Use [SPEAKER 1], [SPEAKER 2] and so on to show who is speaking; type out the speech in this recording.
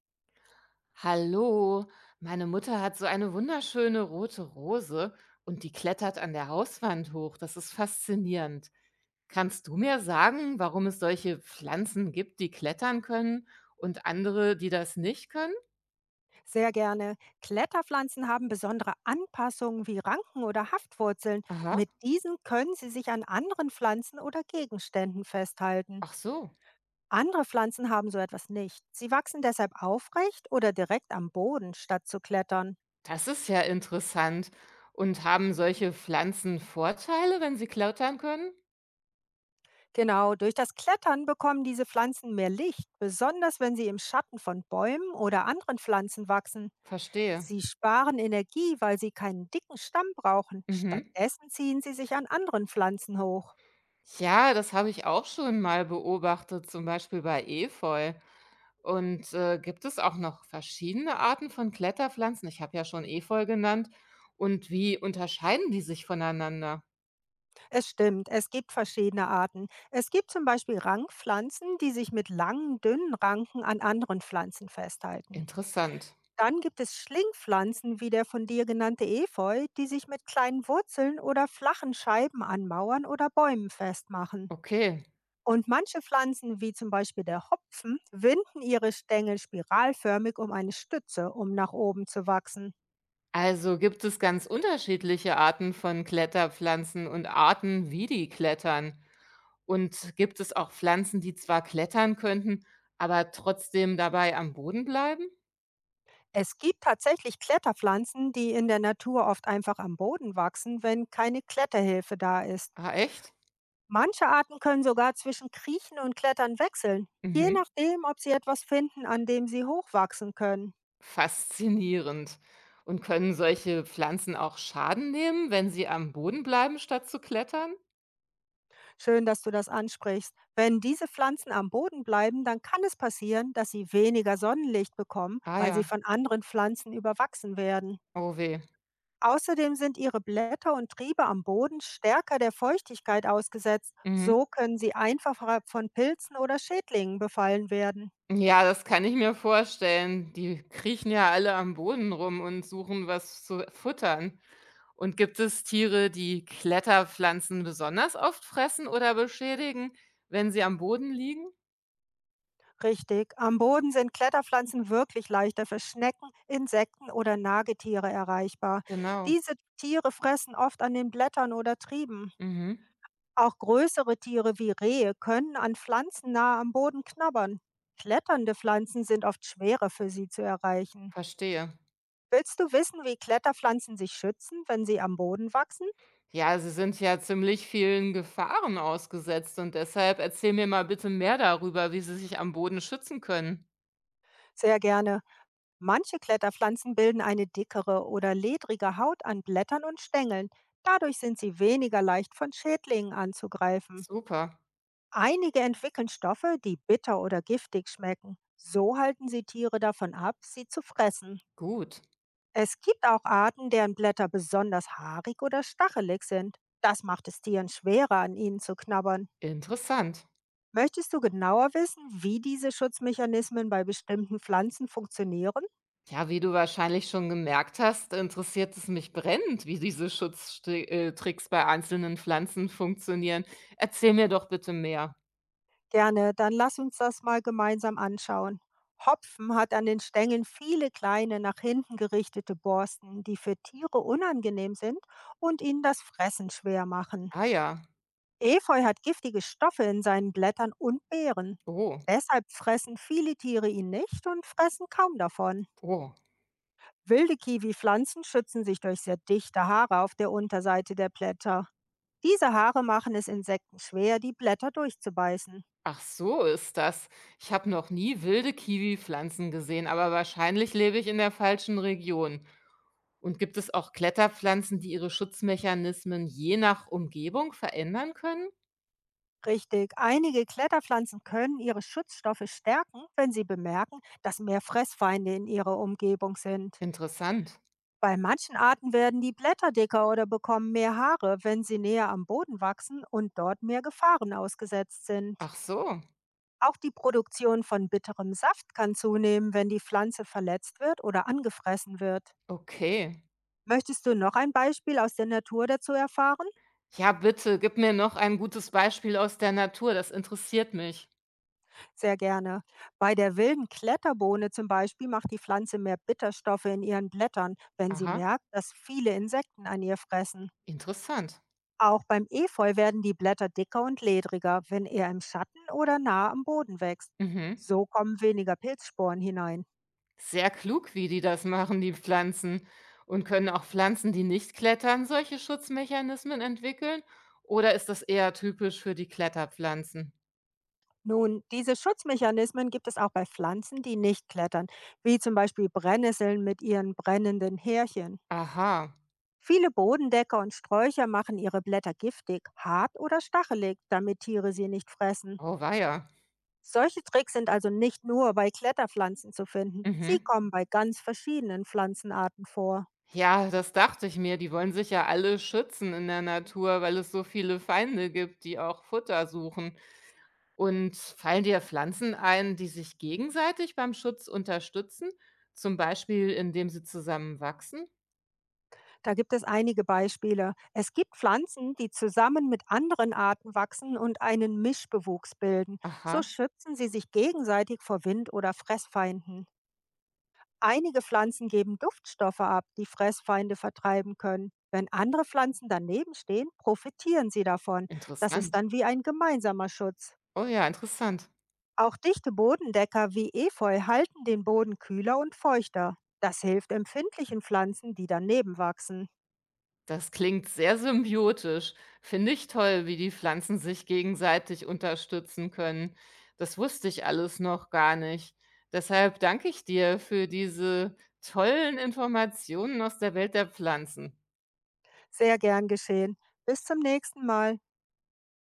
[SPEAKER 1] Hallo, meine Mutter hat so eine wunderschöne rote Rose und die klettert an der Hauswand hoch. Das ist faszinierend. Kannst du mir sagen, warum es solche Pflanzen gibt, die klettern können und andere, die das nicht können?
[SPEAKER 2] Sehr gerne. Kletterpflanzen haben besondere Anpassungen wie Ranken oder Haftwurzeln.
[SPEAKER 1] Aha,
[SPEAKER 2] Mit diesen können sie sich an anderen Pflanzen oder Gegenständen festhalten.
[SPEAKER 1] ach so,
[SPEAKER 2] Andere Pflanzen haben so etwas nicht. Sie wachsen deshalb aufrecht oder direkt am Boden, statt zu klettern.
[SPEAKER 1] das ist ja interessant. Und haben solche Pflanzen Vorteile, wenn sie klettern können?
[SPEAKER 2] Genau, durch das Klettern bekommen diese Pflanzen mehr Licht, besonders wenn sie im Schatten von Bäumen oder anderen Pflanzen wachsen.
[SPEAKER 1] Verstehe.
[SPEAKER 2] Sie sparen Energie, weil sie keinen dicken Stamm brauchen.
[SPEAKER 1] Mhm.
[SPEAKER 2] Stattdessen ziehen sie sich an anderen Pflanzen hoch.
[SPEAKER 1] Ja, das habe ich auch schon mal beobachtet, zum Beispiel bei Efeu. Und, gibt es auch noch verschiedene Arten von Kletterpflanzen? Ich habe ja schon Efeu genannt. Und wie unterscheiden die sich voneinander?
[SPEAKER 2] Es stimmt, es gibt verschiedene Arten. Es gibt zum Beispiel Rankpflanzen, die sich mit langen, dünnen Ranken an anderen Pflanzen festhalten.
[SPEAKER 1] Interessant.
[SPEAKER 2] Dann gibt es Schlingpflanzen wie der von dir genannte Efeu, die sich mit kleinen Wurzeln oder flachen Scheiben an Mauern oder Bäumen festmachen.
[SPEAKER 1] Okay.
[SPEAKER 2] Und manche Pflanzen, wie zum Beispiel der Hopfen, winden ihre Stängel spiralförmig um eine Stütze, um nach oben zu wachsen.
[SPEAKER 1] Also gibt es ganz unterschiedliche Arten von Kletterpflanzen und Arten, wie die klettern. Und gibt es auch Pflanzen, die zwar klettern könnten, aber trotzdem dabei am Boden bleiben?
[SPEAKER 2] Es gibt tatsächlich Kletterpflanzen, die in der Natur oft einfach am Boden wachsen, wenn keine Kletterhilfe da ist.
[SPEAKER 1] Ah, echt?
[SPEAKER 2] Manche Arten können sogar zwischen Kriechen und Klettern wechseln, je
[SPEAKER 1] Mhm.
[SPEAKER 2] nachdem, ob sie etwas finden, an dem sie hochwachsen können.
[SPEAKER 1] Faszinierend. Und können solche Pflanzen auch Schaden nehmen, wenn sie am Boden bleiben, statt zu klettern?
[SPEAKER 2] Schön, dass du das ansprichst. Wenn diese Pflanzen am Boden bleiben, dann kann es passieren, dass sie weniger Sonnenlicht bekommen,
[SPEAKER 1] Ah
[SPEAKER 2] weil sie
[SPEAKER 1] ja,
[SPEAKER 2] von anderen Pflanzen überwachsen werden.
[SPEAKER 1] oh weh.
[SPEAKER 2] Außerdem sind ihre Blätter und Triebe am Boden stärker der Feuchtigkeit ausgesetzt.
[SPEAKER 1] Mhm.
[SPEAKER 2] So können sie einfacher von Pilzen oder Schädlingen befallen werden.
[SPEAKER 1] Ja, das kann ich mir vorstellen. Die kriechen ja alle am Boden rum und suchen was zu futtern. Und gibt es Tiere, die Kletterpflanzen besonders oft fressen oder beschädigen, wenn sie am Boden liegen?
[SPEAKER 2] Richtig, am Boden sind Kletterpflanzen wirklich leichter für Schnecken, Insekten oder Nagetiere erreichbar.
[SPEAKER 1] Genau.
[SPEAKER 2] Diese Tiere fressen oft an den Blättern oder Trieben.
[SPEAKER 1] Mhm.
[SPEAKER 2] Auch größere Tiere wie Rehe können an Pflanzen nahe am Boden knabbern. Kletternde Pflanzen sind oft schwerer für sie zu erreichen.
[SPEAKER 1] Verstehe.
[SPEAKER 2] Willst du wissen, wie Kletterpflanzen sich schützen, wenn sie am Boden wachsen?
[SPEAKER 1] Ja, sie sind ja ziemlich vielen Gefahren ausgesetzt und deshalb erzähl mir mal bitte mehr darüber, wie sie sich am Boden schützen können.
[SPEAKER 2] Sehr gerne. Manche Kletterpflanzen bilden eine dickere oder ledrige Haut an Blättern und Stängeln. Dadurch sind sie weniger leicht von Schädlingen anzugreifen.
[SPEAKER 1] Super,
[SPEAKER 2] Einige entwickeln Stoffe, die bitter oder giftig schmecken. So halten sie Tiere davon ab, sie zu fressen.
[SPEAKER 1] gut,
[SPEAKER 2] Es gibt auch Arten, deren Blätter besonders haarig oder stachelig sind. Das macht es Tieren schwerer, an ihnen zu knabbern.
[SPEAKER 1] interessant.
[SPEAKER 2] Möchtest du genauer wissen, wie diese Schutzmechanismen bei bestimmten Pflanzen funktionieren?
[SPEAKER 1] Ja, wie du wahrscheinlich schon gemerkt hast, interessiert es mich brennend, wie diese Schutztricks bei einzelnen Pflanzen funktionieren. Erzähl mir doch bitte mehr.
[SPEAKER 2] Gerne, dann lass uns das mal gemeinsam anschauen. Hopfen hat an den Stängeln viele kleine nach hinten gerichtete Borsten, die für Tiere unangenehm sind und ihnen das Fressen schwer machen.
[SPEAKER 1] Ah ja,
[SPEAKER 2] Efeu hat giftige Stoffe in seinen Blättern und Beeren.
[SPEAKER 1] oh,
[SPEAKER 2] Deshalb fressen viele Tiere ihn nicht und fressen kaum davon.
[SPEAKER 1] oh.
[SPEAKER 2] Wilde Kiwi-Pflanzen schützen sich durch sehr dichte Haare auf der Unterseite der Blätter. Diese Haare machen es Insekten schwer, die Blätter durchzubeißen.
[SPEAKER 1] Ach so ist das. Ich habe noch nie wilde Kiwi-Pflanzen gesehen, aber wahrscheinlich lebe ich in der falschen Region. Und gibt es auch Kletterpflanzen, die ihre Schutzmechanismen je nach Umgebung verändern können?
[SPEAKER 2] Richtig, einige Kletterpflanzen können ihre Schutzstoffe stärken, wenn sie bemerken, dass mehr Fressfeinde in ihrer Umgebung sind.
[SPEAKER 1] Interessant.
[SPEAKER 2] Bei manchen Arten werden die Blätter dicker oder bekommen mehr Haare, wenn sie näher am Boden wachsen und dort mehr Gefahren ausgesetzt sind.
[SPEAKER 1] Ach so,
[SPEAKER 2] Auch die Produktion von bitterem Saft kann zunehmen, wenn die Pflanze verletzt wird oder angefressen wird.
[SPEAKER 1] okay.
[SPEAKER 2] Möchtest du noch ein Beispiel aus der Natur dazu erfahren?
[SPEAKER 1] Ja, bitte, gib mir noch ein gutes Beispiel aus der Natur, das interessiert mich.
[SPEAKER 2] Sehr gerne. Bei der wilden Kletterbohne zum Beispiel macht die Pflanze mehr Bitterstoffe in ihren Blättern, wenn sie
[SPEAKER 1] Aha,
[SPEAKER 2] merkt, dass viele Insekten an ihr fressen.
[SPEAKER 1] interessant.
[SPEAKER 2] Auch beim Efeu werden die Blätter dicker und ledriger, wenn er im Schatten oder nah am Boden wächst.
[SPEAKER 1] Mhm.
[SPEAKER 2] So kommen weniger Pilzsporen hinein.
[SPEAKER 1] Sehr klug, wie die das machen, die Pflanzen. Und können auch Pflanzen, die nicht klettern, solche Schutzmechanismen entwickeln? Oder ist das eher typisch für die Kletterpflanzen?
[SPEAKER 2] Nun, diese Schutzmechanismen gibt es auch bei Pflanzen, die nicht klettern, wie zum Beispiel Brennnesseln mit ihren brennenden Härchen.
[SPEAKER 1] Aha,
[SPEAKER 2] Viele Bodendecker und Sträucher machen ihre Blätter giftig, hart oder stachelig, damit Tiere sie nicht fressen.
[SPEAKER 1] oh weia.
[SPEAKER 2] Solche Tricks sind also nicht nur bei Kletterpflanzen zu finden. Sie
[SPEAKER 1] Mhm.
[SPEAKER 2] kommen bei ganz verschiedenen Pflanzenarten vor.
[SPEAKER 1] Ja, das dachte ich mir. Die wollen sich ja alle schützen in der Natur, weil es so viele Feinde gibt, die auch Futter suchen. Und fallen dir Pflanzen ein, die sich gegenseitig beim Schutz unterstützen? Zum Beispiel, indem sie zusammen wachsen?
[SPEAKER 2] Da gibt es einige Beispiele. Es gibt Pflanzen, die zusammen mit anderen Arten wachsen und einen Mischbewuchs bilden. So
[SPEAKER 1] Aha,
[SPEAKER 2] schützen sie sich gegenseitig vor Wind oder Fressfeinden. Einige Pflanzen geben Duftstoffe ab, die Fressfeinde vertreiben können. Wenn andere Pflanzen daneben stehen, profitieren sie davon. Das ist
[SPEAKER 1] interessant.
[SPEAKER 2] dann wie ein gemeinsamer Schutz.
[SPEAKER 1] Oh ja, interessant.
[SPEAKER 2] Auch dichte Bodendecker wie Efeu halten den Boden kühler und feuchter. Das hilft empfindlichen Pflanzen, die daneben wachsen.
[SPEAKER 1] Das klingt sehr symbiotisch. Finde ich toll, wie die Pflanzen sich gegenseitig unterstützen können. Das wusste ich alles noch gar nicht. Deshalb danke ich dir für diese tollen Informationen aus der Welt der Pflanzen.
[SPEAKER 2] Sehr gern geschehen. Bis zum nächsten Mal.